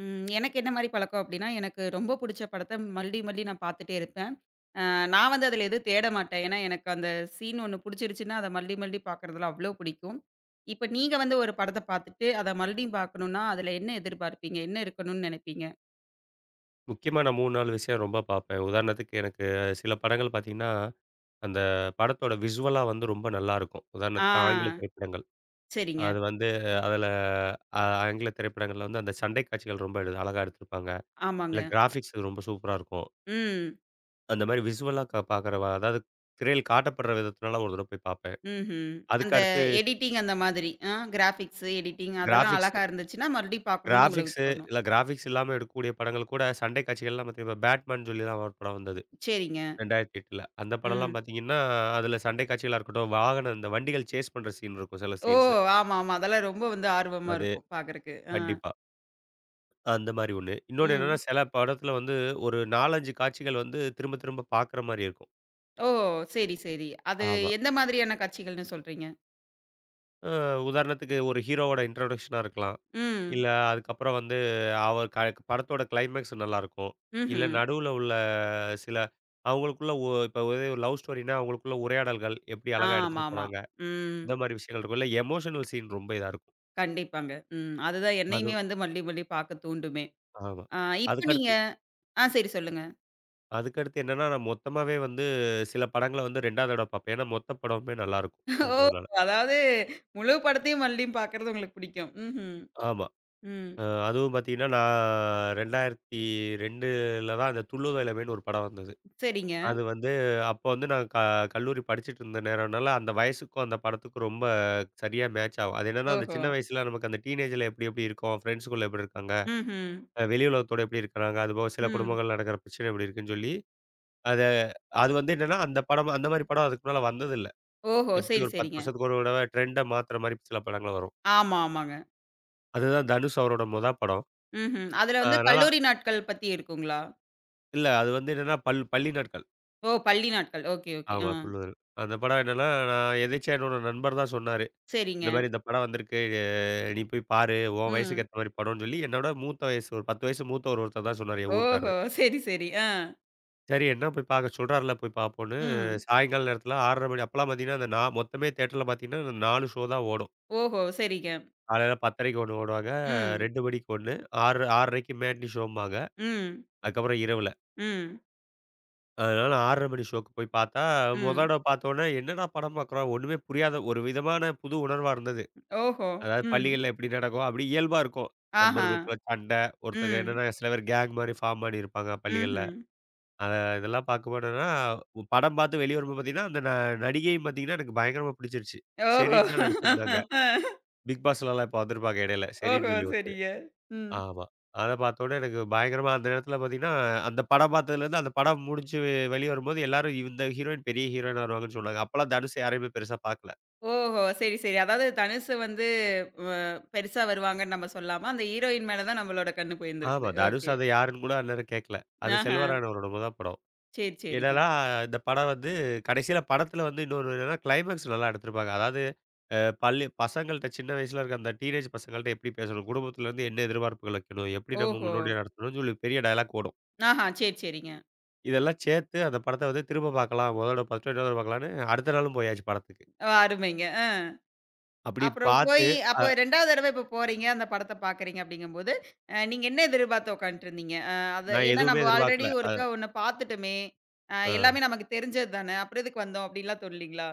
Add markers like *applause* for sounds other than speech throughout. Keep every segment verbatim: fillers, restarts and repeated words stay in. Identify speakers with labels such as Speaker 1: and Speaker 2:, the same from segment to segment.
Speaker 1: ம். எனக்கு என்ன மாரி பழக்கம் அப்டின்னா, எனக்கு ரொம்ப புடிச்ச படத்த மறுபடியும் மறுபடியும் நான் பார்த்துட்டே இருப்பேன். அ நான் வந்து அதில எதுவும் தேட மாட்டேன். ஏன்னா, எனக்கு அந்த சீன் ஒண்ணு புடிச்சிருச்சுன்னா, அத மறுபடியும் மறுபடியும் பார்க்குறதுல அவ்ளோ பிடிக்கும். இப்ப நீங்க வந்து ஒரு படத்த பார்த்துட்டு, அத மறுபடியும் பார்க்கணும்னா, அதில என்ன எதிர்பார்ப்பீங்க? என்ன இருக்கணும்னு நெனைப்பீங்க?
Speaker 2: முக்கியமா நான் மூணு, நாலு விஷயம் ரொம்ப பார்ப்பேன். உதாரணத்துக்கு எனக்கு சில படங்கள் பார்த்தீங்கன்னா, அந்த படத்தோட விசுவலா வந்து ரொம்ப நல்லாருக்கும்.
Speaker 1: ஆ.
Speaker 2: உதாரணத்துக்கு ஆங்கில திரைப்படங்கள்.
Speaker 1: சரிங்க.
Speaker 2: அது வந்து அதில அ ஆங்கில திரைப்படங்கள்ல வந்து அந்த சண்டை காட்சிகள் ரொம்ப எடு அழகா எடுத்திருப்பாங்க. இல்ல
Speaker 1: ஆமாங்க.
Speaker 2: கிராஃபிக்ஸ் ரொம்ப சூப்பரா இருக்கும்.
Speaker 1: ம்.
Speaker 2: அந்த மாரி விசுவலா க பார்க்குற அதாவது திரையில் காட்டப்படுற விதத்தினால ஒரு தடவ போய் பார்ப்பேன்.
Speaker 1: ம்ஹ்ம்.
Speaker 2: அதுக்கு
Speaker 1: அந்த
Speaker 2: அடுத்து
Speaker 1: எடிட்டிங் அந்த மாதிரி. ஆ கிராபிக்ஸ், எடிட்டிங் அதெல்லாம்
Speaker 2: கிராஃபிக்ஸ்
Speaker 1: அழகா இருந்துச்சுன்னா, மறுபடியும் பார்க்கணும்னு உங்களுக்கு
Speaker 2: கிராஃபிக்ஸு
Speaker 1: தோணும்.
Speaker 2: இல்ல கிராஃபிக்ஸ் இல்லாம எடுக்கக்கூடிய படங்கள் கூட சண்டை காட்சிகள்லாம் பார்த்தீங்கன்னா, இப்ப பேட்மேன் சொல்லி தான் ஒரு படம் வந்தது.
Speaker 1: சரிங்க.
Speaker 2: இரண்டாயிரத்து எட்டு அந்த படம்லாம்
Speaker 1: ம்.
Speaker 2: பார்த்தீங்கன்னா, அதில சண்டை காட்சிகளா இருக்கட்டும், வாகனம் இந்த வண்டிகள் சேஸ் பண்ற சீன் இருக்கும் சில
Speaker 1: ஓ!
Speaker 2: சீன்ஸு.
Speaker 1: ஆமா, ஆமா, அதெல்லாம் ரொம்ப வந்து ஆர்வமா
Speaker 2: அது
Speaker 1: இருக்கும் பார்க்கறக்கு. ஆ.
Speaker 2: கண்டிப்பா. அந்த மாரி ஒண்ணு. இன்னொன்னு என்னன்னா,
Speaker 1: ம்.
Speaker 2: சில படத்துல வந்து ஒரு நான்கு, ஐந்து காட்சிகள் வந்து திரும்ப திரும்ப பார்க்குற மாரி இருக்கும்.
Speaker 1: ஓ! சரி, சரி, அது
Speaker 2: ஆமா.
Speaker 1: எந்த மாதிரியான கட்சிகள்னு சொல்றீங்க?
Speaker 2: அ உதாரணத்துக்கு ஒரு ஹீரோவோட இன்ட்ரோடக்ஷனா இருக்கலாம்.
Speaker 1: ம்.
Speaker 2: இல்ல அதுக்கப்புறம் வந்து அவர் க படத்தோட கிளைமேக்ஸ் நல்லாயிருக்கும். இல்ல
Speaker 1: ம்ஹ்ம்.
Speaker 2: நடுவுல உள்ள சில அவங்களுக்குள்ள ஒ இப்ப ஒரே ஒரு லவ் ஸ்டோரின்னா, அவங்களுக்குள்ள உரையாடல்கள் எப்படி அழகா எடுத்துட்டு
Speaker 1: ஆமாமா.
Speaker 2: போனாங்க.
Speaker 1: ம்.
Speaker 2: இந்த மாரி விஷயங்கள் இருக்கும். இல்ல எமோஷனல் சீன் ரொம்ப இதா இருக்கும்.
Speaker 1: கண்டிப்பாங்க. ம். அதுதான்
Speaker 2: அது
Speaker 1: என்னையுமே வந்து மறுபடி மறுபடி பார்க்க தூண்டுமே.
Speaker 2: ஆமா.
Speaker 1: ஆ இப்ப நீங்க
Speaker 2: அதுக்கடுத்து
Speaker 1: ஆ சரி சொல்லுங்க.
Speaker 2: அதுக்கடுத்து என்னன்னா, நான் மொத்தமாவே வந்து சில படங்கள வந்து ரெண்டாவது தடவ பார்ப்பேன். ஏன்னா, மொத்த படமுமே நல்லாயிருக்கும்.
Speaker 1: ஓ!
Speaker 2: அதனால.
Speaker 1: அதாவது முழு படத்தையும் மறுபடியும் பார்க்கறது உங்களுக்கு பிடிக்கும். ம்ஹ்ம்.
Speaker 2: ஆமா.
Speaker 1: ம்.
Speaker 2: அ அதுவும் பார்த்தீங்கன்னா, நான் இரண்டாயிரத்து ரெண்டுல தான் அந்த துள்ளுவ இளமைன்னு ஒரு படம் வந்தது.
Speaker 1: சரிங்க.
Speaker 2: அது வந்து அப்போ வந்து நான் க கல்லூரி படிச்சுட்டு இருந்த நேரம்னால, அந்த வயசுக்கும் அந்த படத்துக்கும் ரொம்ப சரியா மேட்ச் ஆகும். அது என்னன்னா, அந்த
Speaker 1: ஓஹோ!
Speaker 2: சின்ன வயசுல நமக்கு அந்த டீனேஜ்ல எப்டி எப்டி இருக்கோம், ஃப்ரெண்ட்ஸுக்குள்ள எப்டி இருக்காங்க,
Speaker 1: ம்ஹ்ம்.
Speaker 2: அ வெளி உலகத்தோட எப்டி இருக்கிறாங்க, அதுபோக சில
Speaker 1: ம்.
Speaker 2: குடும்பங்கள்ல நடக்கிற பிரச்சனை எப்டி இருக்குன்னு சொல்லி, அத அது வந்து என்னன்னா, அந்த படம் அந்த மாரி படம் அதுக்கு முன்னால வந்ததில்ல.
Speaker 1: ஓஹோ!
Speaker 2: எப்படி
Speaker 1: சரி,
Speaker 2: ஒரு பத்து
Speaker 1: சரிங்க.
Speaker 2: வருஷத்துக்கு ஒரு தடவ ட்ரெண்ட மாத்துற மாரி சில படங்கள் வரும்.
Speaker 1: ஆமா, ஆமாங்க.
Speaker 2: அதுதான் தனுஷ் அவரோட மொத படம்.
Speaker 1: ம்ஹ்ம். அதுல வந்து
Speaker 2: அதனால
Speaker 1: கல்லூரி நாட்கள் பத்தி இருக்குங்களா?
Speaker 2: இல்ல அது வந்து என்னன்னா பள் பள்ளி நாட்கள்.
Speaker 1: ஓ! பள்ளி நாட்கள். Okay, okay.
Speaker 2: ஆமா
Speaker 1: ஆ.
Speaker 2: துள்ளுதல். அந்த படம் என்னன்னா, நான் எதேர்ச்சியா என்னோட நண்பர் தான் சொன்னாரு.
Speaker 1: சரிங்க.
Speaker 2: இந்த மாரி இந்த படம் வந்திருக்கு. அஹ் நீ போய் பாரு. உன் வயசுக்கு
Speaker 1: ம்.
Speaker 2: ஏத்த மாரி படம்னு சொல்லி என்னோட மூத்த வயசு ஒரு பத்து வயசு மூத்த ஒரு ஒருத்தர் தான் சொன்னாரு என் ஊர்க்காரரு.
Speaker 1: ஓஹோ! சரி, சரி. ஆ.
Speaker 2: சரி என்ன போய் பாக்க சொல்றார்ல போய் பாப்போம்ன்னு
Speaker 1: ம்.
Speaker 2: சாயங்கால நேரத்தில ஆறரை மணி அப்பலாம் பார்த்தீங்கன்னா, அந்த நான் மொத்தமே தியேட்டர்ல பார்த்தீங்கன்னா நாலு ஷோ தான் ஓடும்.
Speaker 1: ஓஹோ! சரிங்க.
Speaker 2: காலையில 10:30க்கு ஒண்ணு ஓடுவாங்க.
Speaker 1: ம்.
Speaker 2: ரெண்டு மணிக்கு ஒண்ணு ஆறு 6:30க்கு மேட்னி ஷோம்பாங்க.
Speaker 1: ம்.
Speaker 2: அதுக்கப்புறம் இரவுல.
Speaker 1: ம்.
Speaker 2: அதனால ஆறரை மணி ஷோக்கு போய் பார்த்தா, மொத
Speaker 1: ம்.
Speaker 2: தடவ பார்த்தோனே என்னடா படம் பார்க்குறோம்? ஒண்ணுமே புரியாத ஒரு விதமான புது உணர்வா இருந்தது.
Speaker 1: ஓஹோ!
Speaker 2: அதாவது
Speaker 1: ம்.
Speaker 2: பள்ளிகள்ல எப்படி நடக்கும்? அப்படி இயல்பா இருக்கும்.
Speaker 1: ஆஹா!
Speaker 2: நண்பர்களுக்குள்ள சண்டை, ஒருத்தங்க
Speaker 1: ம்.
Speaker 2: என்னன்னா சில பேர் கேங் மாரி ஃபார்ம் ஆகி இருப்பாங்க பள்ளிகள்ல.
Speaker 1: ம்ஹ்ம்.
Speaker 2: அத இதெல்லாம் பார்க்கும்போது என்னன்னா, படம் பார்த்து வெளிய வரும்போது பார்த்தீங்கன்னா, அந்த ந நடிகையும் பார்த்தீங்கன்னா எனக்கு பயங்கரமா பிடிச்சிருச்சு.
Speaker 1: ஓஹோ!
Speaker 2: ஷெரின் தான் நடிச்சிருந்தாங்க. பிக் பாஸ்லலாம் இப்ப வந்திருப்பாங்க இடையில. ஷெரின்னு
Speaker 1: ஓஹோ!
Speaker 2: சொல்லி ஒருத்தங்க.
Speaker 1: சரிங்க. ம்.
Speaker 2: ஆமா. அத பார்த்தோனே எனக்கு பயங்கரமா அந்த நேரத்துல பார்த்தீங்கன்னா, அந்த படம் பார்த்ததுலேருந்து அந்த படம் முடிஞ்சு வெளிய வரும்போது எல்லாரும் இந்த ஹீரோயின் பெரிய ஹீரோயினா வருவாங்கன்னு சொன்னாங்க. அப்பலாம் தனுஷ யாரையுமே பெருசா பார்க்கல.
Speaker 1: ஓஹோ! சரி, சரி. அதாவது தனுஷ் வந்து வ பெருசா வருவாங்கன்னு நம்ம சொல்லாம, அந்த ஹீரோயின் மேல தான் நம்மளோட கண்ணு
Speaker 2: ஆமா.
Speaker 1: போயிருந்திருக்குது.
Speaker 2: தனுஷ்
Speaker 1: ஓகே.
Speaker 2: அத யாருன்னு கூட அந்நேரம் கேட்கல. அது
Speaker 1: ஆஹா!
Speaker 2: செல்வராயன் அவரோட முதல் படம்.
Speaker 1: சரி, சரிங்க.
Speaker 2: என்னன்னா இந்த படம் வந்து கடைசியில படத்துல வந்து இன்னொரு என்னன்னா கிளைமாக்ஸ் நல்லா எடுத்திருப்பாங்க. அதாவது அ பள்ளி பசங்கள்ட்ட சின்ன வயசுல இருக்க அந்த டீனேஜ் பசங்கள்ட்ட எப்படி பேசணும்? குடும்பத்துலேருந்து என்ன எதிர்பார்ப்புகள் வைக்கணும்? எப்படி நம்ம
Speaker 1: ஓஹோ!
Speaker 2: முன்னோடியா நடத்தணும்னு சொல்லி பெரிய டயலாக் ஓடும்.
Speaker 1: ஆஹா! சரி, சரிங்க.
Speaker 2: இதெல்லாம் சேர்த்து அந்த படத்த வந்து திரும்ப பார்க்கலாம். முதல்ல ஃபர்ஸ்ட் டே இன்னொரு பார்க்கலான்னு அடுத்த நாளும் போயாச்சு படத்துக்கு.
Speaker 1: அருமைங்க. ஆ.
Speaker 2: அப்படி
Speaker 1: அப்புறம்
Speaker 2: பார்த்து
Speaker 1: போய்
Speaker 2: அ
Speaker 1: அப்போ ரெண்டாவது தடவை இப்போ போறீங்க, அந்த படத்த பார்க்குறீங்க அப்படிங்கும்போது, அ நீங்க என்ன எதிர்பார்த்து உட்காந்துட்டுருந்தீங்க? அ அது
Speaker 2: நான்
Speaker 1: ஏன்னா
Speaker 2: எதுவுமே
Speaker 1: நம்ம
Speaker 2: எதிர்பார்க்கல.
Speaker 1: ஆல்ரெடி
Speaker 2: அ
Speaker 1: ஒருக்கா ஒண்ணு பார்த்துட்டோமே, அ
Speaker 2: அ
Speaker 1: எல்லாமே நமக்கு தெரிஞ்சது தானே, அப்புறம் எதுக்கு வந்தோம் அப்படின்லாம் தோணலீங்களா?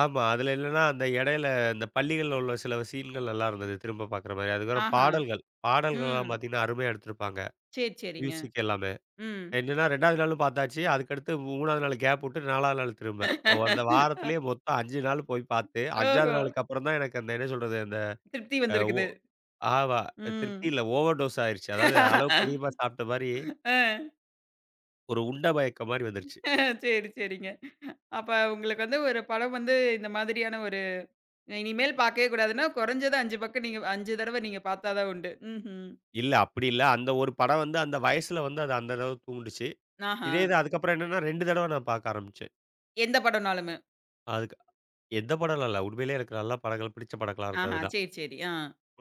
Speaker 2: ஆமா. அதில என்னன்னா அந்த இடையில இந்த பள்ளிகள்ல உள்ள சில சீன்கள் நல்லா இருந்தது. திரும்ப பார்க்குற மாரி. அதுக்கப்புறம்
Speaker 1: ஆஹா.
Speaker 2: பாடல்கள்.
Speaker 1: ம்.
Speaker 2: பாடல்கள்லாம் பார்த்தீங்கன்னா, அருமையா எடுத்திருப்பாங்க.
Speaker 1: சரி, சரிங்க.
Speaker 2: மியூசிக் எல்லாமே.
Speaker 1: ம்.
Speaker 2: என்னன்னா ரெண்டாவது நாளும் பார்த்தாச்சு. அதுக்கடுத்து மூணாவது நாள் கேப் விட்டு நாலாவது நாள் திரும்ப. ஓ அந்த
Speaker 1: *laughs* அ
Speaker 2: வாரத்திலேயே மொத்தம் அஞ்சு நாள் போய் பார்த்து அஞ்சாவது
Speaker 1: ஓஹோ!
Speaker 2: நாளுக்கு அப்புறம் தான் எனக்கு அந்த என்ன சொல்றது அந்த
Speaker 1: திருப்தி
Speaker 2: அ ஓ
Speaker 1: வந்திருக்குது.
Speaker 2: ஆமா. திருப்தி
Speaker 1: ம்.
Speaker 2: இல்ல. ஓவர் டோஸ் ஆயிருச்சு. அதாவது அளவுக்கு அதிகமா
Speaker 1: *laughs*
Speaker 2: சாப்பிட்ட மாரி,
Speaker 1: அ
Speaker 2: ஒரு உண்ட மயக்கம் மாரி வந்துருச்சு.
Speaker 1: சரி, சரிங்க. அப்ப உங்களுக்கு வந்து ஒரு படம் வந்து இந்த மாதிரியான ஒரு இனிமேல் பார்க்கவே கூடாதுன்னா, குறைஞ்சது ஐந்து பக்கம் நீங்க ஐந்து தடவ நீங்க பார்த்தா தான் உண்டு. ம்ஹ்ம்.
Speaker 2: இல்ல அப்படி இல்ல. அந்த ஒரு படம் வந்து அந்த வயசுல வந்து அது அந்த அளவு தூண்டுச்சு.
Speaker 1: ஆஹா!
Speaker 2: இதே இது அதுக்கப்புறம் என்னன்னா ரெண்டு தடவ நான் பார்க்க ஆரம்பிச்சேன்.
Speaker 1: எந்த படம்னாலுமே.
Speaker 2: அதுக்கு எந்த படம்லாம் இல்ல. உண்மையிலேயே எனக்கு நல்ல படங்கள் பிடிச்ச படங்களா
Speaker 1: ஆஹா!
Speaker 2: இருந்ததுன்னா.
Speaker 1: சரி, சரி. ஆ.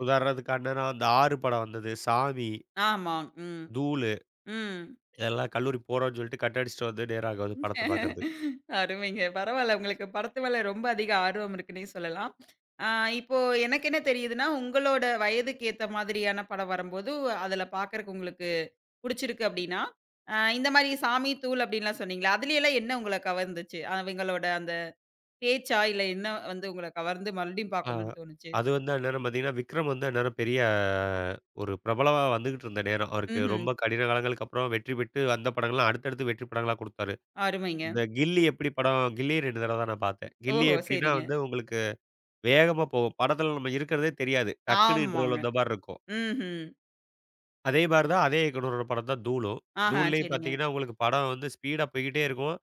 Speaker 2: உதாரணத்துக்கு அண்ணனா அந்த ஆறு படம் வந்தது. சாமி,
Speaker 1: ஆமா. ம்.
Speaker 2: தூளு
Speaker 1: ம்.
Speaker 2: இதெல்லாம் கல்லூரி போறோம்ன்னு சொல்லிட்டு கட் அடிச்சுட்டு வந்து நேரா அங்க வந்து படத்த பார்க்கறது.
Speaker 1: *laughs* அருமைங்க. பரவால்ல. உங்களுக்கு படத்து மேல ரொம்ப அதிக ஆர்வம் இருக்குன்னே சொல்லலாம். ஆ இப்போ எனக்கு என்ன தெரியுதுன்னா, உங்களோட வயதுக்கு ஏத்த மாதிரியான படம் வரும்போது, அதுல பாக்கறக்கு உங்களுக்கு புடிச்சிருக்கு அப்டின்னா, அ இந்த மாரி சாமி, தூள் அப்டின்லாம் சொன்னீங்கல்ல, அதுலயெல்லாம் என்ன உங்கள கவர்ந்துச்சு? அவங்களோட அந்த பேச்சா, இல்ல என்ன வந்து உங்கள கவர்ந்து மறுபடியும்
Speaker 2: ஆ.
Speaker 1: பாக்கணும்னு தோணுச்சு?
Speaker 2: அது வந்து அந்நேரம் பார்த்தீங்கன்னா, விக்ரம் வந்து அந்நேரம் பெரிய ஒரு பிரபலமா வந்துகிட்டு இருந்த நேரம். அவருக்கு
Speaker 1: ம்ஹ்ம்.
Speaker 2: ரொம்ப கடின காலங்களுக்கு அப்புறம் வெற்றி பெற்று அந்த படங்கள்லாம் அடுத்தடுத்து வெற்றி படங்களா குடுத்தாரு.
Speaker 1: அருமைங்க.
Speaker 2: இந்த கில்லி எப்படி படம் கில்லி ரெண்டு தடவ தான் நான் பார்த்தேன். கில்லி
Speaker 1: ஓஹோ!
Speaker 2: எப்படின்னா
Speaker 1: சரிங்க.
Speaker 2: வந்து உங்களுக்கு வேகமா போகும். படத்துல நம்ம இருக்கிறதே தெரியாது. டக்குன்னு இன்டர்வல்
Speaker 1: ஆமாங்க.
Speaker 2: வந்த மாரி இருக்கும்.
Speaker 1: ம்ஹ்ம்.
Speaker 2: அதே மாரி தான் அதே இயக்குனரோட படம் தான் தூளும்.
Speaker 1: ஆஹா!
Speaker 2: தூள்லயும்
Speaker 1: சரிங்க.
Speaker 2: பார்த்தீங்கன்னா, உங்களுக்கு படம் வந்து ஸ்பீடா போய்க்கிட்டே இருக்கும்.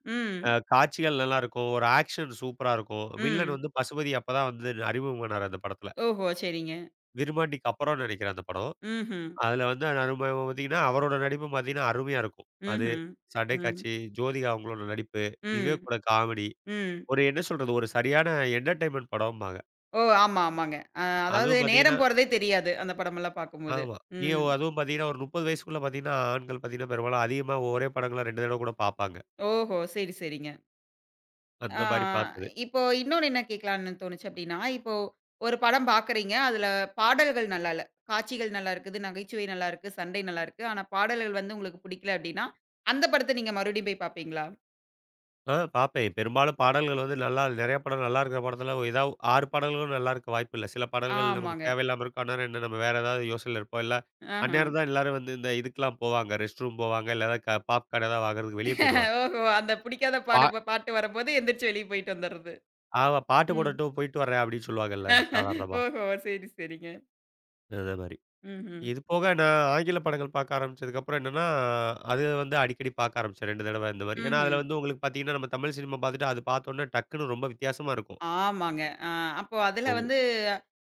Speaker 2: அ
Speaker 1: ம்,
Speaker 2: காட்சிகள் நல்லாருக்கும். ஒரு ஆக்ஷன் சூப்பரா இருக்கும். வில்லன்
Speaker 1: ம்.
Speaker 2: வந்து பசுபதி அப்பதான் வந்து அறிமுகமானாரு அந்த படத்துல.
Speaker 1: ஓஹோ! சரிங்க.
Speaker 2: விருமாண்டிக்கு அப்புறம் நெனைக்கிறேன் அந்த படம்.
Speaker 1: ம்ஹ்ம்,
Speaker 2: அதுல வந்து நம்ம பார்த்தீங்கன்னா, அவரோட நடிப்பு பார்த்தீங்கன்னா அருமையா இருக்கும். அது
Speaker 1: ம்ஹ்ம்.
Speaker 2: சண்டை
Speaker 1: ம்,
Speaker 2: காட்சி, ஜோதிகா அவங்களோட நடிப்பு,
Speaker 1: ம்,
Speaker 2: விவேக்கோட காமெடி.
Speaker 1: ம்.
Speaker 2: ஒரு என்ன சொல்றது, ஒரு சரியான என்டர்டெயின்மென்ட் படம்பாங்க.
Speaker 1: ஓ! ஆமா, ஆமாங்க. அ அதாவது
Speaker 2: அதுவும் பார்த்தீங்கன்னா
Speaker 1: நேரம் போறதே தெரியாது. அந்த படமெல்லாம் பார்க்கும்போது.
Speaker 2: ஆமா. நீங்க
Speaker 1: ம்.
Speaker 2: அதுவும் பார்த்தீங்கன்னா, ஒரு முப்பது வயசுக்குள்ள பார்த்தீங்கன்னா, ஆண்கள் பார்த்தீங்கன்னா பெரும்பாலும் அதிகமா ஒரே படங்கள ரெண்டு தடவ கூட பார்ப்பாங்க.
Speaker 1: ஓஹோ! சரி, சரிங்க.
Speaker 2: அந்த
Speaker 1: ஆ
Speaker 2: மாரி பார்த்தது.
Speaker 1: இப்போ இன்னொன்னு என்ன கேட்கலான்னு தோணுச்சு அப்டின்னா, இப்போ ஒரு படம் பார்க்குறீங்க. அதுல பாடல்கள் நல்லா இல்ல. காட்சிகள் நல்லா இருக்குது, நகைச்சுவை நல்லா இருக்கு, சண்டை நல்லா இருக்கு. ஆனா பாடல்கள் வந்து உங்களுக்கு பிடிக்கல அப்டின்னா, அந்த படத்த நீங்க மறுபடியும் போய் பார்ப்பீங்களா?
Speaker 2: ஆ பார்ப்பேன். பெரும்பாலும் பாடல்கள் வந்து நல்லா நெறைய படம் நல்லா இருக்கிற படத்துல ஏதா ஆறு பாடல்களும் நல்லா இருக்க வாய்ப்பில்ல. சில பாடல்கள் நமக்கு
Speaker 1: ஆமாங்க.
Speaker 2: தேவையில்லாம இருக்கும். அந்நேரம் என்ன நம்ம வேற ஏதாவது யோசனையில இருப்போம். இல்ல
Speaker 1: ஆஹ.
Speaker 2: அந்நேரம் தான் எல்லாரும் வந்து இந்த இதுக்கெல்லாம் போவாங்க. ரெஸ்ட் ரூம் போவாங்க. இல்ல ஏதாவது க பாப்கார்ன் ஏதாவது வாங்குறதுக்கு வெளிய போயிருவாங்க.
Speaker 1: ஓஹோ! அந்த பிடிக்காத
Speaker 2: பா
Speaker 1: பாடு பாட்டு வரம்போது எந்திரிச்சு வெளிய போயிட்டு வந்துர்றது.
Speaker 2: ஆமா பாட்டு
Speaker 1: ம்.
Speaker 2: போடட்டும் போயிட்டு வரேன் அப்படின்னு சொல்லுவாங்கல்ல சாதாரணமா.
Speaker 1: ஓஹோ! சரி, சரிங்க.
Speaker 2: அதே மாரி.
Speaker 1: ம்ஹ்ம்.
Speaker 2: இது போக நான் ஆங்கில படங்கள் பார்க்க ஆரம்பிச்சதுக்கப்புறம் என்னன்னா, அது வந்து அடிக்கடி பார்க்க ஆரம்பிச்சேன் ரெண்டு தடவ இந்த மாரி. ஏன்னா,
Speaker 1: ம்ஹ்ம்.
Speaker 2: அதுல வந்து உங்களுக்கு பார்த்தீங்கன்னா, நம்ம தமிழ் சினிமா பார்த்துட்டு அது பார்த்தோன்னே டக்குன்னு ரொம்ப வித்தியாசமா இருக்கும்.
Speaker 1: ஆமாங்க. அ அப்போ அதுல வந்து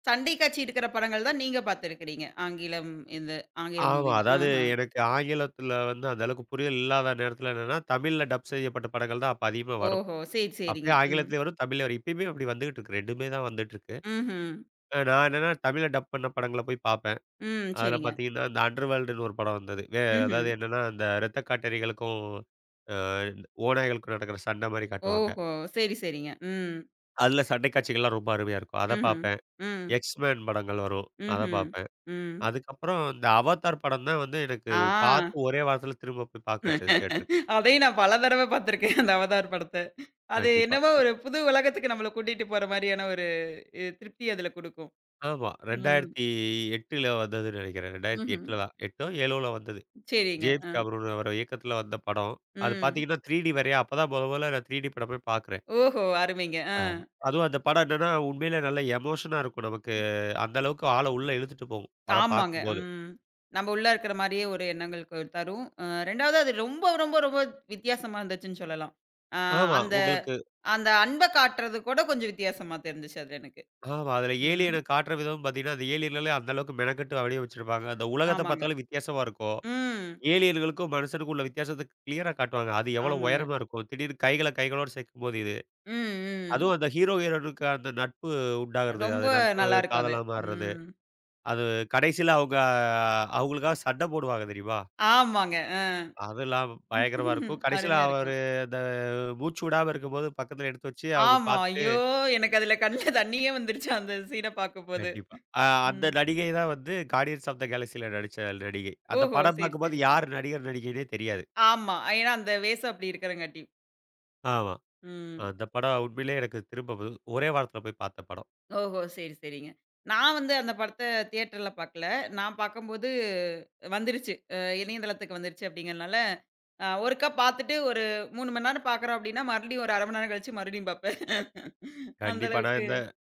Speaker 1: சண்டை காட்சி இருக்கிற படங்கள் தான் நீங்க பார்த்துருக்கிறீங்க. ஆங்கிலம் இது ஆங்கில
Speaker 2: ஆமா.
Speaker 1: மூவில.
Speaker 2: அதாவது
Speaker 1: ஆஹ.
Speaker 2: எனக்கு ஆங்கிலத்துல வந்து அந்த அளவுக்கு புரியல் இல்லாத நேரத்துல என்னன்னா, தமிழ்ல டப் செய்யப்பட்ட படங்கள் தான் அப்ப அதிகமா வரும்.
Speaker 1: ஓஹோ! சரி, சரிங்க.
Speaker 2: அப்பயும்
Speaker 1: ம்.
Speaker 2: ஆங்கிலத்திலயும் வரும், தமிழ்லயும் வரும். இப்பயுமே அப்படி வந்துகிட்டு இருக்கு. ரெண்டுமே தான் வந்துட்டு இருக்கு.
Speaker 1: ம்ஹ்ம்.
Speaker 2: அ நான் என்னன்னா தமிழ்ல டப் பண்ண படங்கள போய் பார்ப்பேன்.
Speaker 1: ம்.
Speaker 2: அதுல
Speaker 1: சரிங்க.
Speaker 2: பார்த்தீங்கன்னா, இந்த அண்டர்வேர்ல்டுன்னு ஒரு படம் வந்தது. வே
Speaker 1: ம்ஹ்ம்.
Speaker 2: அதாவது என்னன்னா, அந்த இரத்த காட்டேரிகளுக்கும் அ ஓநாய்களுக்கும் நடக்கிற சண்டை மாரி காட்டுவாங்க.
Speaker 1: ஓஹோ! சரி, சரிங்க. ம்.
Speaker 2: அதுல சண்டை காட்சிகள்லாம் ரொம்ப அருமையா இருக்கும். அத
Speaker 1: ம்ஹ்ம்.
Speaker 2: பார்ப்பேன்.
Speaker 1: ம்.
Speaker 2: எக்ஸ்மேன் படங்கள் வரும். அத
Speaker 1: ம்ஹ்ம்.
Speaker 2: பார்ப்பேன்.
Speaker 1: ம்.
Speaker 2: அதுக்கப்புறம் இந்த அவதார் படம் தான் வந்து எனக்கு
Speaker 1: ஆ.
Speaker 2: பார்த்து ஒரே வாரத்துல திரும்ப போய் பார்க்க வச்சது தியேட்டர்ல.
Speaker 1: அதையும் நான் பல தடவ பார்த்துருக்கேன் அந்த அவதார் படத்த. அது
Speaker 2: கண்டிப்பா.
Speaker 1: என்னவோ ஒரு புது உலகத்துக்கு நம்மள கூட்டிட்டு போற மாரியான ஒரு இ திருப்தி அதுல குடுக்கும்.
Speaker 2: ஆமா.
Speaker 1: ம்.
Speaker 2: 2008ல வந்ததுன்னு நெனைக்கிறேன்.
Speaker 1: ம்ஹ்ம்.
Speaker 2: 2008ல தான். எட்டோ ஏழோல வந்தது.
Speaker 1: சரிங்க.
Speaker 2: ஜேம்ஸ்
Speaker 1: அ.
Speaker 2: கேமரூன் அவரு இயக்கத்துல வந்த படம். அது
Speaker 1: ம்.
Speaker 2: பாத்தீங்கன்னா த்ரீ டி வேறயா. அப்பதான் மொத மொதல்ல நான் த்ரீ டி படம் போய் பாக்குறேன்.
Speaker 1: ஓஹோ! அருமைங்க. அ.
Speaker 2: ஆமா. அதுவும் அந்த படம் என்னன்னா, உண்மையிலே நல்ல எமோஷனா இருக்கும் நமக்கு. அந்த அளவுக்கு ஆள உள்ள இழுத்துட்டு போகும். படம்
Speaker 1: ஆமாங்க.
Speaker 2: பாக்கும்போது.
Speaker 1: ம். நம்ம உள்ள இருக்கிற மாரியே ஒரு எண்ணங்களுக்கு தரும். அ 2வது அது ரொம்ப, ரொம்ப, ரொம்ப வித்தியாசமா இருந்துச்சுன்னு சொல்லலாம். அ
Speaker 2: ஆமா.
Speaker 1: அந்த
Speaker 2: உங்களுக்கு
Speaker 1: அந்த அன்ப காட்டுறது கூட கொஞ்சம் வித்தியாசமா தெரிஞ்சுச்சு அதுல எனக்கு.
Speaker 2: ஆமா. அதுல
Speaker 1: ம்.
Speaker 2: ஏலியன காட்டுற விதம் பாத்தீங்கன்னா, அந்த ஏலியன்களே அந்த அளவுக்கு மெனக்கெட்டு அப்படியே வச்சிருப்பாங்க. அந்த உலகத்த
Speaker 1: ஆமாங்க.
Speaker 2: பாத்தாலும் வித்தியாசமா இருக்கும்.
Speaker 1: ம்.
Speaker 2: ஏலியன்களுக்கும் மனுஷனுக்கும் உள்ள வித்தியாசத்த கிளியரா காட்டுவாங்க. அது எவ்வளவு
Speaker 1: ஆமாங்க.
Speaker 2: உயரமா இருக்கும். திடீர்னு கைகள கைகளோட சேர்க்கும்போது இது
Speaker 1: ம், ம்.
Speaker 2: அதுவும் அந்த ஹீரோ, ஹீரோயினுக்கு அந்த நட்பு உண்டாகிறது.
Speaker 1: ரொம்ப
Speaker 2: அது நட்பு
Speaker 1: நல்லா இருக்கும் அது.
Speaker 2: காதலா மாறுறது.
Speaker 1: ம்.
Speaker 2: அது கடைசியில அவங்க அவங்களுக்காக சண்டை போடுவாங்க தெரியுமா?
Speaker 1: ஆமாங்க.
Speaker 2: அதெல்லாம் பயங்கரமா இருக்கும்.
Speaker 1: *laughs*
Speaker 2: கடைசியில
Speaker 1: அருமையா
Speaker 2: அவரு
Speaker 1: இருக்கும்.
Speaker 2: அந்த மூச்சு விடாம இருக்கும்போது பக்கத்துல எடுத்து வச்சு அவங்க
Speaker 1: ஆமா.
Speaker 2: பார்த்துட்டு
Speaker 1: ஐயோ! எனக்கு அதுல கண்ல தண்ணியே வந்துருச்சு அந்த சீன பார்க்கும்போது.
Speaker 2: கண்டிப்பா. அ அந்த
Speaker 1: ம்.
Speaker 2: நடிகை தான் வந்து கார்டியன்ஸ் ஆஃப் த கேலக்ஸில நடிச்ச நடிகை. அந்த
Speaker 1: ஓஹோ!
Speaker 2: படம்
Speaker 1: சரி,
Speaker 2: பார்க்கும்போது
Speaker 1: சரிங்க.
Speaker 2: யார் நடிகர், நடிகைன்னே தெரியாது.
Speaker 1: ஆமா. ஏன்னா அந்த வேஷம் அப்படி இருக்கிறங்காட்டி.
Speaker 2: ஆமா.
Speaker 1: ம்.
Speaker 2: அந்த படம் உண்மையிலேயே எனக்கு திரும்ப ஒரே வாரத்துல போய் பார்த்த படம்.
Speaker 1: ஓஹோ! சரி, சரிங்க. நான் வந்து அந்த படத்த தியேட்டர்ல பார்க்கல. நான் பார்க்கும்போது வந்துருச்சு. அ இணையதளத்துக்கு வந்துருச்சு அப்படிங்கிறனால, அ ஒருக்கா பார்த்துட்டு ஒரு மூணு மணி நேரம் பார்க்குறோம் அப்படின்னா, மறுபடியும் ஒரு அரை மணி நேரம் கழிச்சு மறுபடியும் பார்ப்பேன். அந்த
Speaker 2: கண்டிப்பா. நான்
Speaker 1: அளவுக்கு.
Speaker 2: இந்த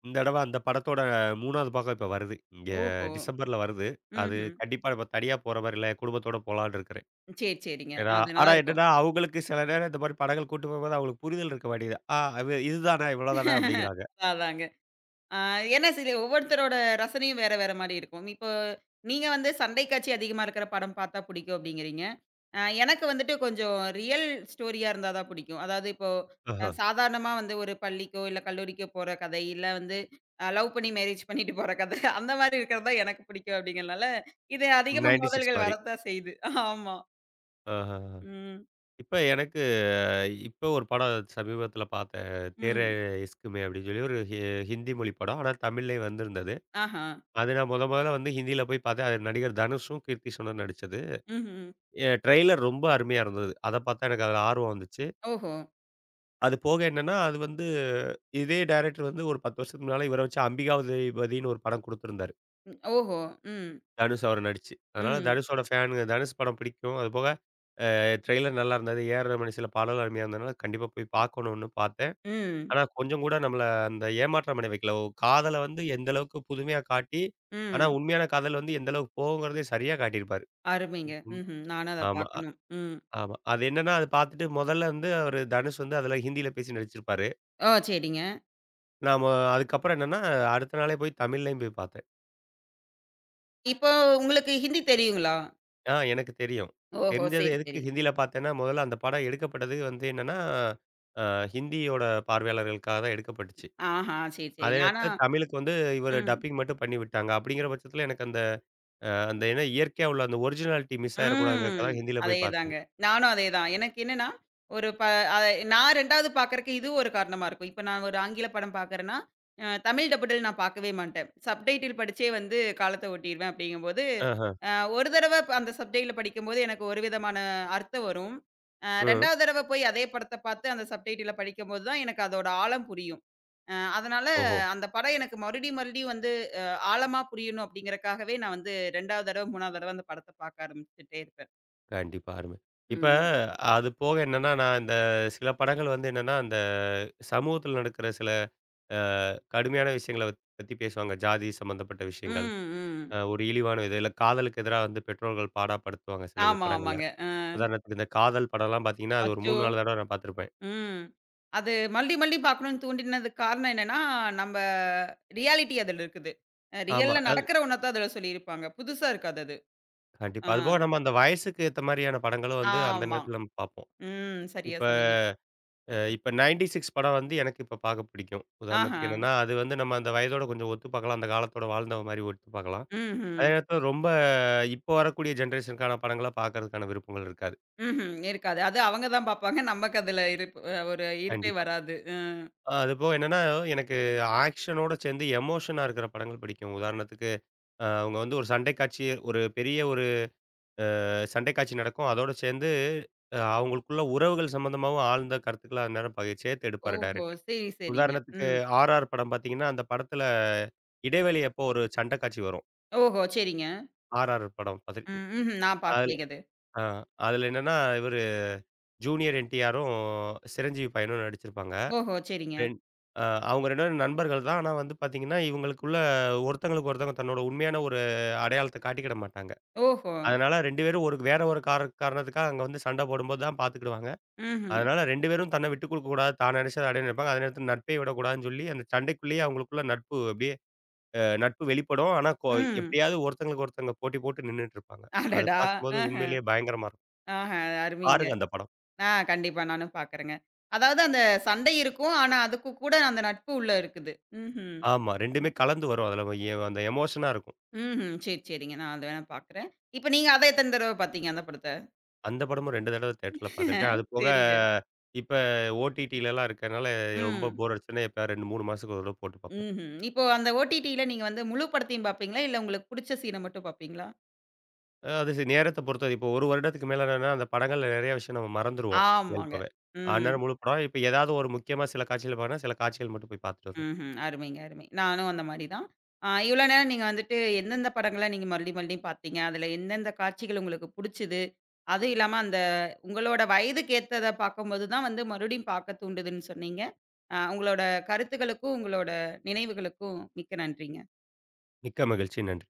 Speaker 2: இந்த தடவ அந்த படத்தோட மூணாவது பாகம் இப்ப வருது. இங்க
Speaker 1: ஓஹோ!
Speaker 2: டிசம்பர்ல வருது. அது
Speaker 1: ம்ஹ்ம்.
Speaker 2: கண்டிப்பா நம்ம தனியா போற மாரி இல்ல, குடும்பத்தோட போலான்னு இருக்கிறேன்.
Speaker 1: சரி, சரிங்க.
Speaker 2: ஏன்னா
Speaker 1: அது
Speaker 2: ஆனா
Speaker 1: நல்லாருக்கும்.
Speaker 2: என்னன்னா, அவங்களுக்கு சில நேரம் இந்த மாரி படங்கள் கூட்டு போகும்போது அவங்களுக்கு புரிதல் இருக்க மாட்டேங்குது. ஆ அது இதுதானா, இவ்வளோதானா அப்படிங்கிறாங்க.
Speaker 1: அதான், அதாங்க. ஆ ஏன்னா சில ஒவ்வொருத்தரோட ரசனையும் வேற, வேற மாரி இருக்கும். இப்போ நீங்க வந்து சண்டை காட்சி அதிகமா இருக்கிற படம் பார்த்தா பிடிக்கும் அப்டிங்கிறீங்க. அ எனக்கு வந்துட்டு கொஞ்சம் ரியல் ஸ்டோரியா இருந்தா தான் பிடிக்கும். அதாவது இப்போ அ
Speaker 2: ஆஹா.
Speaker 1: சாதாரணமா வந்து ஒரு பள்ளிக்கோ, இல்ல கல்லூரிக்கோ போற கதை, இல்ல வந்து அ லவ் பண்ணி மேரேஜ் பண்ணிட்டு போற கதை அந்த மாரி இருக்கிறது தான் எனக்கு பிடிக்கும் அப்டிங்கிறனால, இது அதிகமா
Speaker 2: தொண்ணூத்தி ஆறு
Speaker 1: மோதல்கள்
Speaker 2: மாரி.
Speaker 1: வரத்தான் செய்யுது. ஆமா.
Speaker 2: ஆஹஹ.
Speaker 1: ம்.
Speaker 2: இப்ப எனக்கு அஹ், இப்ப ஒரு படம் சமீபத்தில பார்த்தேன். "தேரே
Speaker 1: ம்.
Speaker 2: இஸ்க் மே" அப்படின்னு சொல்லி ஒரு ஹி ஹிந்தி மொழி படம். ஆனா தமிழ்லயே வந்திருந்தது.
Speaker 1: ஆஹா.
Speaker 2: அது நான் மொத மொதல்ல வந்து ஹிந்தியில போய் பார்த்தேன். அது நடிகர் தனுஷும், கீர்த்தி சுனரும் நடிச்சது.
Speaker 1: ம்ஹ்ம்.
Speaker 2: எ ட்ரெய்லர் ரொம்ப அருமையா இருந்தது. அத பார்த்தா எனக்கு அதுல ஆர்வம் வந்துச்சு.
Speaker 1: ஓஹோ!
Speaker 2: அது போக என்னன்னா, அது வந்து இதே டைரக்டர் வந்து ஒரு பத்து வருஷத்துக்கு முன்னால இவர வச்சு அம்பிகாதேபதின்னு ஒரு படம் குடுத்திருந்தாரு.
Speaker 1: ஓஹோ! ம்.
Speaker 2: தனுஷ் அவரு நடிச்சு.
Speaker 1: ஓஹோ
Speaker 2: அதனால
Speaker 1: ம்.
Speaker 2: தனுஷோட ஃபேனுங்க. தனுஷ் படம் பிடிக்கும். அது போக அ ட்ரெய்லர் நல்லா இருந்தது. ஏஆர் ரகுமான் சில பாடல்கள் அருமையா இருந்ததுனால கண்டிப்பா போய் பார்க்கணும்னு பார்த்தேன்.
Speaker 1: ம். ம்.
Speaker 2: ஆனா கொஞ்சம் கூட நம்மள அந்த ஏமாற்றம் அடைய வைக்கல. காதல வந்து எந்த அளவுக்கு புதுமையா காட்டி, ஆனா
Speaker 1: ம்.
Speaker 2: உண்மையான காதல் வந்து எந்த அளவுக்கு போகுங்கிறதையும் சரியா காட்டியிருப்பாரு.
Speaker 1: அருமைங்க.
Speaker 2: உம்,
Speaker 1: ம்ஹ்ம். நானும் அத
Speaker 2: ஆமா.
Speaker 1: பார்க்கணும். ம்.
Speaker 2: ஆமா. அது என்னன்னா, அது பார்த்துட்டு முதல்ல வந்து அவரு தனுஷ் வந்து அதுல ஹிந்தியில பேசி நடிச்சிருப்பாரு.
Speaker 1: ஓ! சரிங்க.
Speaker 2: நாம அதுக்கப்புறம் என்னன்னா, அடுத்த நாளே போய் தமிழ்லயும் போய் பார்த்தேன்.
Speaker 1: இப்போ உங்களுக்கு ஹிந்தி தெரியுங்களா?
Speaker 2: ஆ எனக்கு தெரியும்.
Speaker 1: ஓஹோ!
Speaker 2: தெரிஞ்சது
Speaker 1: சரி,
Speaker 2: எதுக்கு
Speaker 1: சரி.
Speaker 2: ஹிந்தியில பார்த்தேன்னா, முதல்ல அந்த படம் எடுக்கப்பட்டது வந்து என்னன்னா, அ ஹிந்தியோட பார்வையாளர்களுக்காக தான் எடுக்கப்பட்டுச்சு.
Speaker 1: ஆஹா! சரி,
Speaker 2: அதே
Speaker 1: சரிங்க. ஆனா
Speaker 2: நேரத்தில தமிழுக்கு வந்து இவரு
Speaker 1: ம்.
Speaker 2: டப்பிங் மட்டும் பண்ணி விட்டாங்க. அப்படிங்கிற பட்சத்தில எனக்கு அந்த அந்த ஏன்னா இயற்கையா உள்ள அந்த ஒரிஜினாலிட்டி மிஸ்
Speaker 1: ம்.
Speaker 2: ஆயிறக்கூடாதுங்கிறதுக்காக ஹிந்தியில போய் பார்த்தது.
Speaker 1: அதேதாங்க. நானும் அதேதான். எனக்கு என்னன்னா, ஒரு ப அத நான் 2வது பார்க்கறக்கு இது ஒரு காரணமா இருக்கும். இப்ப நான் ஒரு ஆங்கில படம் பார்க்குறேன்னா, அ தமிழ் டப்புடல் நான் பார்க்கவே மாட்டேன். சப்டைட்டில் படிச்சே வந்து காலத்த ஓட்டிருவேன் அப்படிங்கும்போது,
Speaker 2: ஆஹ.
Speaker 1: அ ஒரு தடவ ப அந்த சப்டைட்டில படிக்கும்போது எனக்கு ஒரு விதமான அர்த்தம் வரும். அ
Speaker 2: ம்.
Speaker 1: ரெண்டாவது தடவ போய் அதே படத்த பார்த்து அந்த சப்டைட்டில படிக்கும்போது தான் எனக்கு அதோட ஆழம் புரியும். அ அதனால
Speaker 2: ஓஹோ!
Speaker 1: அந்த படம் எனக்கு மறுபடியும் மறுபடியும் வந்து ஆழமா புரியணும் அப்படிங்கிறக்காகவே நான் வந்து ரெண்டாவது தடவ, மூணாவது தடவ அந்த படத்த பார்க்க ஆரம்பிச்சுட்டே இருப்பேன்.
Speaker 2: கண்டிப்பா. அருமை. இப்ப
Speaker 1: ம்.
Speaker 2: அது போக என்னன்னா, நான் இந்த சில படங்கள் வந்து என்னன்னா, அந்த சமூகத்துல நடக்கிற சில அ கடுமையான விஷயங்கள பத்தி பத்தி பேசுவாங்க. ஜாதி சம்மந்தப்பட்ட விஷயங்கள்.
Speaker 1: ம், ம்.
Speaker 2: அ ஒரு இழிவான இது. இல்ல காதலுக்கு எதிரா வந்து பெற்றோர்கள் பாடப்படுத்துவாங்க சில வி
Speaker 1: ஆமா,
Speaker 2: படங்கள்ல.
Speaker 1: ஆமாங்க. அ
Speaker 2: உதாரணத்துக்கு இந்த காதல் படம்லாம் பார்த்தீங்கன்னா, அது ஒரு
Speaker 1: அச்சோ!
Speaker 2: மூணு, நான்கு தடவ நான் பார்த்துருப்பேன்.
Speaker 1: ம். அது மறுபடி மறுபடி பார்க்கணும்னு தூண்டினதுக்கு காரணம் என்னன்னா, நம்ம ரியாலிட்டி அதில இருக்குது. அ
Speaker 2: ஆமா.
Speaker 1: ரியல்ல
Speaker 2: அது
Speaker 1: நடக்கிற ஒண்ணத்தான் அதில சொல்லியிருப்பாங்க. புதுசா இருக்காது அது.
Speaker 2: கண்டிப்பா.
Speaker 1: ஆ.
Speaker 2: அதுபோக நம்ம அந்த வயசுக்கு ஏத்த மாரியான படங்களும் வந்து அந்த
Speaker 1: ஆமா.
Speaker 2: நேரத்துல நம்ம பார்ப்போம்.
Speaker 1: ம். சரியா
Speaker 2: இப்ப
Speaker 1: சொன்னீங்க.
Speaker 2: அ இப்ப தொண்ணூத்தி ஆறு படம் வந்து எனக்கு இப்ப பார்க்க பிடிக்கும்.
Speaker 1: ஆஹா.
Speaker 2: உதாரணத்துக்கு என்னன்னா, அது வந்து நம்ம அந்த வயதோட கொஞ்சம் ஒத்து பார்க்கலாம். அந்த காலத்தோட வாழ்ந்த மாரி ஒத்து பார்க்கலாம். அதே
Speaker 1: ம்ஹ்ம்.
Speaker 2: நேரத்தில ரொம்ப இப்போ வரக்கூடிய ஜெனரேஷனுக்கான படங்கள பார்க்கறதுக்கான விருப்பங்கள் இருக்காது.
Speaker 1: ம்ஹ்ம். இருக்காது. அது அவங்க தான் பார்ப்பாங்க. நமக்கு அதில இருப்பு அஹ், ஒரு ஈர்ப்பே
Speaker 2: கண்டிப்பா.
Speaker 1: வராது. அ.
Speaker 2: அதுபோக என்னன்னா, எனக்கு ஆக்ஷனோட சேர்ந்து எமோஷனா இருக்கிற படங்கள் பிடிக்கும். உதாரணத்துக்கு அ அவங்க வந்து ஒரு சண்டை காட்சி ஒரு பெரிய ஒரு சண்டை காட்சி நடக்கும். அதோட சேர்ந்து அ அவங்களுக்குள்ள உறவுகள் சம்மந்தமாவும் ஆழ்ந்த கருத்துக்கள அந்நேரம் ப சேர்த்து எடுப்பாரு
Speaker 1: ஓஹோ!
Speaker 2: டைரக்டர்.
Speaker 1: சரி, சரிங்க.
Speaker 2: உதாரணத்துக்கு
Speaker 1: ம்.
Speaker 2: ஆர்ஆர் படம் பார்த்தீங்கன்னா, அந்த படத்துல இடைவெளி அப்போ ஒரு சண்ட காட்சி வரும்.
Speaker 1: ஓஹோ! சரிங்க.
Speaker 2: ஆர்ஆர் படம் பார்த்துருக்கீங்
Speaker 1: ம். ம்ஹ்ம். நான்
Speaker 2: அதுல
Speaker 1: பாக்கலைங்க அது.
Speaker 2: ஆ அதுல என்னன்னா, இவரு ஜூனியர் என்டிஆரும், சிரஞ்சீவி பையனும் நடிச்சிருப்பாங்க.
Speaker 1: ஓஹோ! சரிங்க.
Speaker 2: ரெண் அ அவங்க ரெண்டு பேரும் நண்பர்கள் தான். ஆனா வந்து பார்த்தீங்கன்னா, இவங்களுக்குள்ள ஒருத்தங்களுக்கு ஒருத்தவங்க தன்னோட உண்மையான ஒரு அடையாளத்த காட்டிக்கிட மாட்டாங்க.
Speaker 1: ஓஹோ!
Speaker 2: அதனால ரெண்டு பேரும் ஒரு வேற ஒரு கார காரணத்துக்காக அங்க வந்து சண்ட போடும்போது தான் பார்த்துக்கிடுவாங்க.
Speaker 1: ம்ஹ்ம்.
Speaker 2: அதனால ரெண்டு பேரும் தன்ன விட்டு குடுக்கக்கூடாது. தான் நெனைச்சத அடையணும்னு நெனைப்பாங்க. அதே நேரத்துல நட்பை விடக்கூடாதுன்னு சொல்லி, அந்த சண்டைக்குள்ளேயே அவங்களுக்குள்ள நட்பு அப்படியே அ நட்பு வெளிப்படும். ஆனா, கொ
Speaker 1: ம்.
Speaker 2: எப்படியாவது ஒருத்தங்களுக்கு ஒருத்தங்க போட்டி போட்டு நின்னுட்டு இருப்பாங்க. அது
Speaker 1: அடடா!
Speaker 2: பார்க்கும்போது
Speaker 1: ஆஹ.
Speaker 2: உண்மையிலேயே பயங்கரமா இருக்கும்.
Speaker 1: ஆஹ. அருமைங்க.
Speaker 2: பாருங்க அந்த படம்.
Speaker 1: ஆ கண்டிப்பா நானும் பாக்குறேங்க. அதாவது அந்த சண்டை இருக்கும். ஆனா, அதுக்கு கூட அந்த நட்பு உள்ள இருக்குது. ம்ஹ்ம்.
Speaker 2: ஆமா. ரெண்டுமே
Speaker 1: ம்.
Speaker 2: கலந்து வரும். அதுல வ- எ அந்த எமோஷனா இருக்கும்.
Speaker 1: ம்ஹ்ம். சரி, சரிங்க. நான் அத வேணா பாக்குறேன். இப்ப நீங்க அத எத்தன தடவ பாத்தீங்க அந்த படத்த?
Speaker 2: அந்த படமும் ரெண்டு தடவ தியேட்டர்ல பார்த்துருக்கேன். அது போக
Speaker 1: சரிங்க.
Speaker 2: இப்ப ஓடிடிலலாம் இருக்கனால ரொம்ப
Speaker 1: ம்.
Speaker 2: போர் அடிச்சுன்னா எப்பயாவது ரெண்டு, மூணு மாசத்துக்கு ஒரு தடவ போட்டு பார்ப்பேன்.
Speaker 1: ம்ஹ்ம். இப்போ அந்த ஓடிடில நீங்க வந்து முழு படத்தையும் பாப்பீங்களா? இல்ல உங்களுக்கு புடிச்ச சீன மட்டும் பாப்பீங்களா?
Speaker 2: அ அது சி நேரத்த பொறுத்தது. இப்போ ஒரு வருடத்துக்கு மேல என்னன்னா, அந்த படங்கள்ல நெறைய விஷயம் நம்ம மறந்துருவோம்
Speaker 1: ஆமாங்க.
Speaker 2: இயல்பாவே.
Speaker 1: ம்.
Speaker 2: அந்நேரம் முழு படம் இப்ப ஏதாவது ஒரு முக்கியமா சில காட்சிகள் பாக்கணும்னா, சில காட்சிகள் மட்டும் போய் பார்த்துட்டு வருவேன்.
Speaker 1: ம்ஹ்ம். அருமைங்க, அருமை. நானும் அந்த மாரி தான். ஆ இவ்ளோ நேரம் நீங்க வந்துட்டு எந்தெந்த படங்கள நீங்க மறுபடியும், மறுபடியும் பார்த்தீங்க? அதுல எந்தெந்த காட்சிகள் உங்களுக்கு புடிச்சது? அதுவும் இல்லாம அந்த உங்களோட வயதுக்கு ஏத்தத பார்க்கும்போது தான் வந்து மறுபடியும் பார்க்க தூண்டுதுன்னு சொன்னீங்க. அ உங்களோட கருத்துக்களுக்கும், உங்களோட நினைவுகளுக்கும் மிக்க நன்றிங்க.
Speaker 2: மிக்க மகிழ்ச்சி. நன்றி.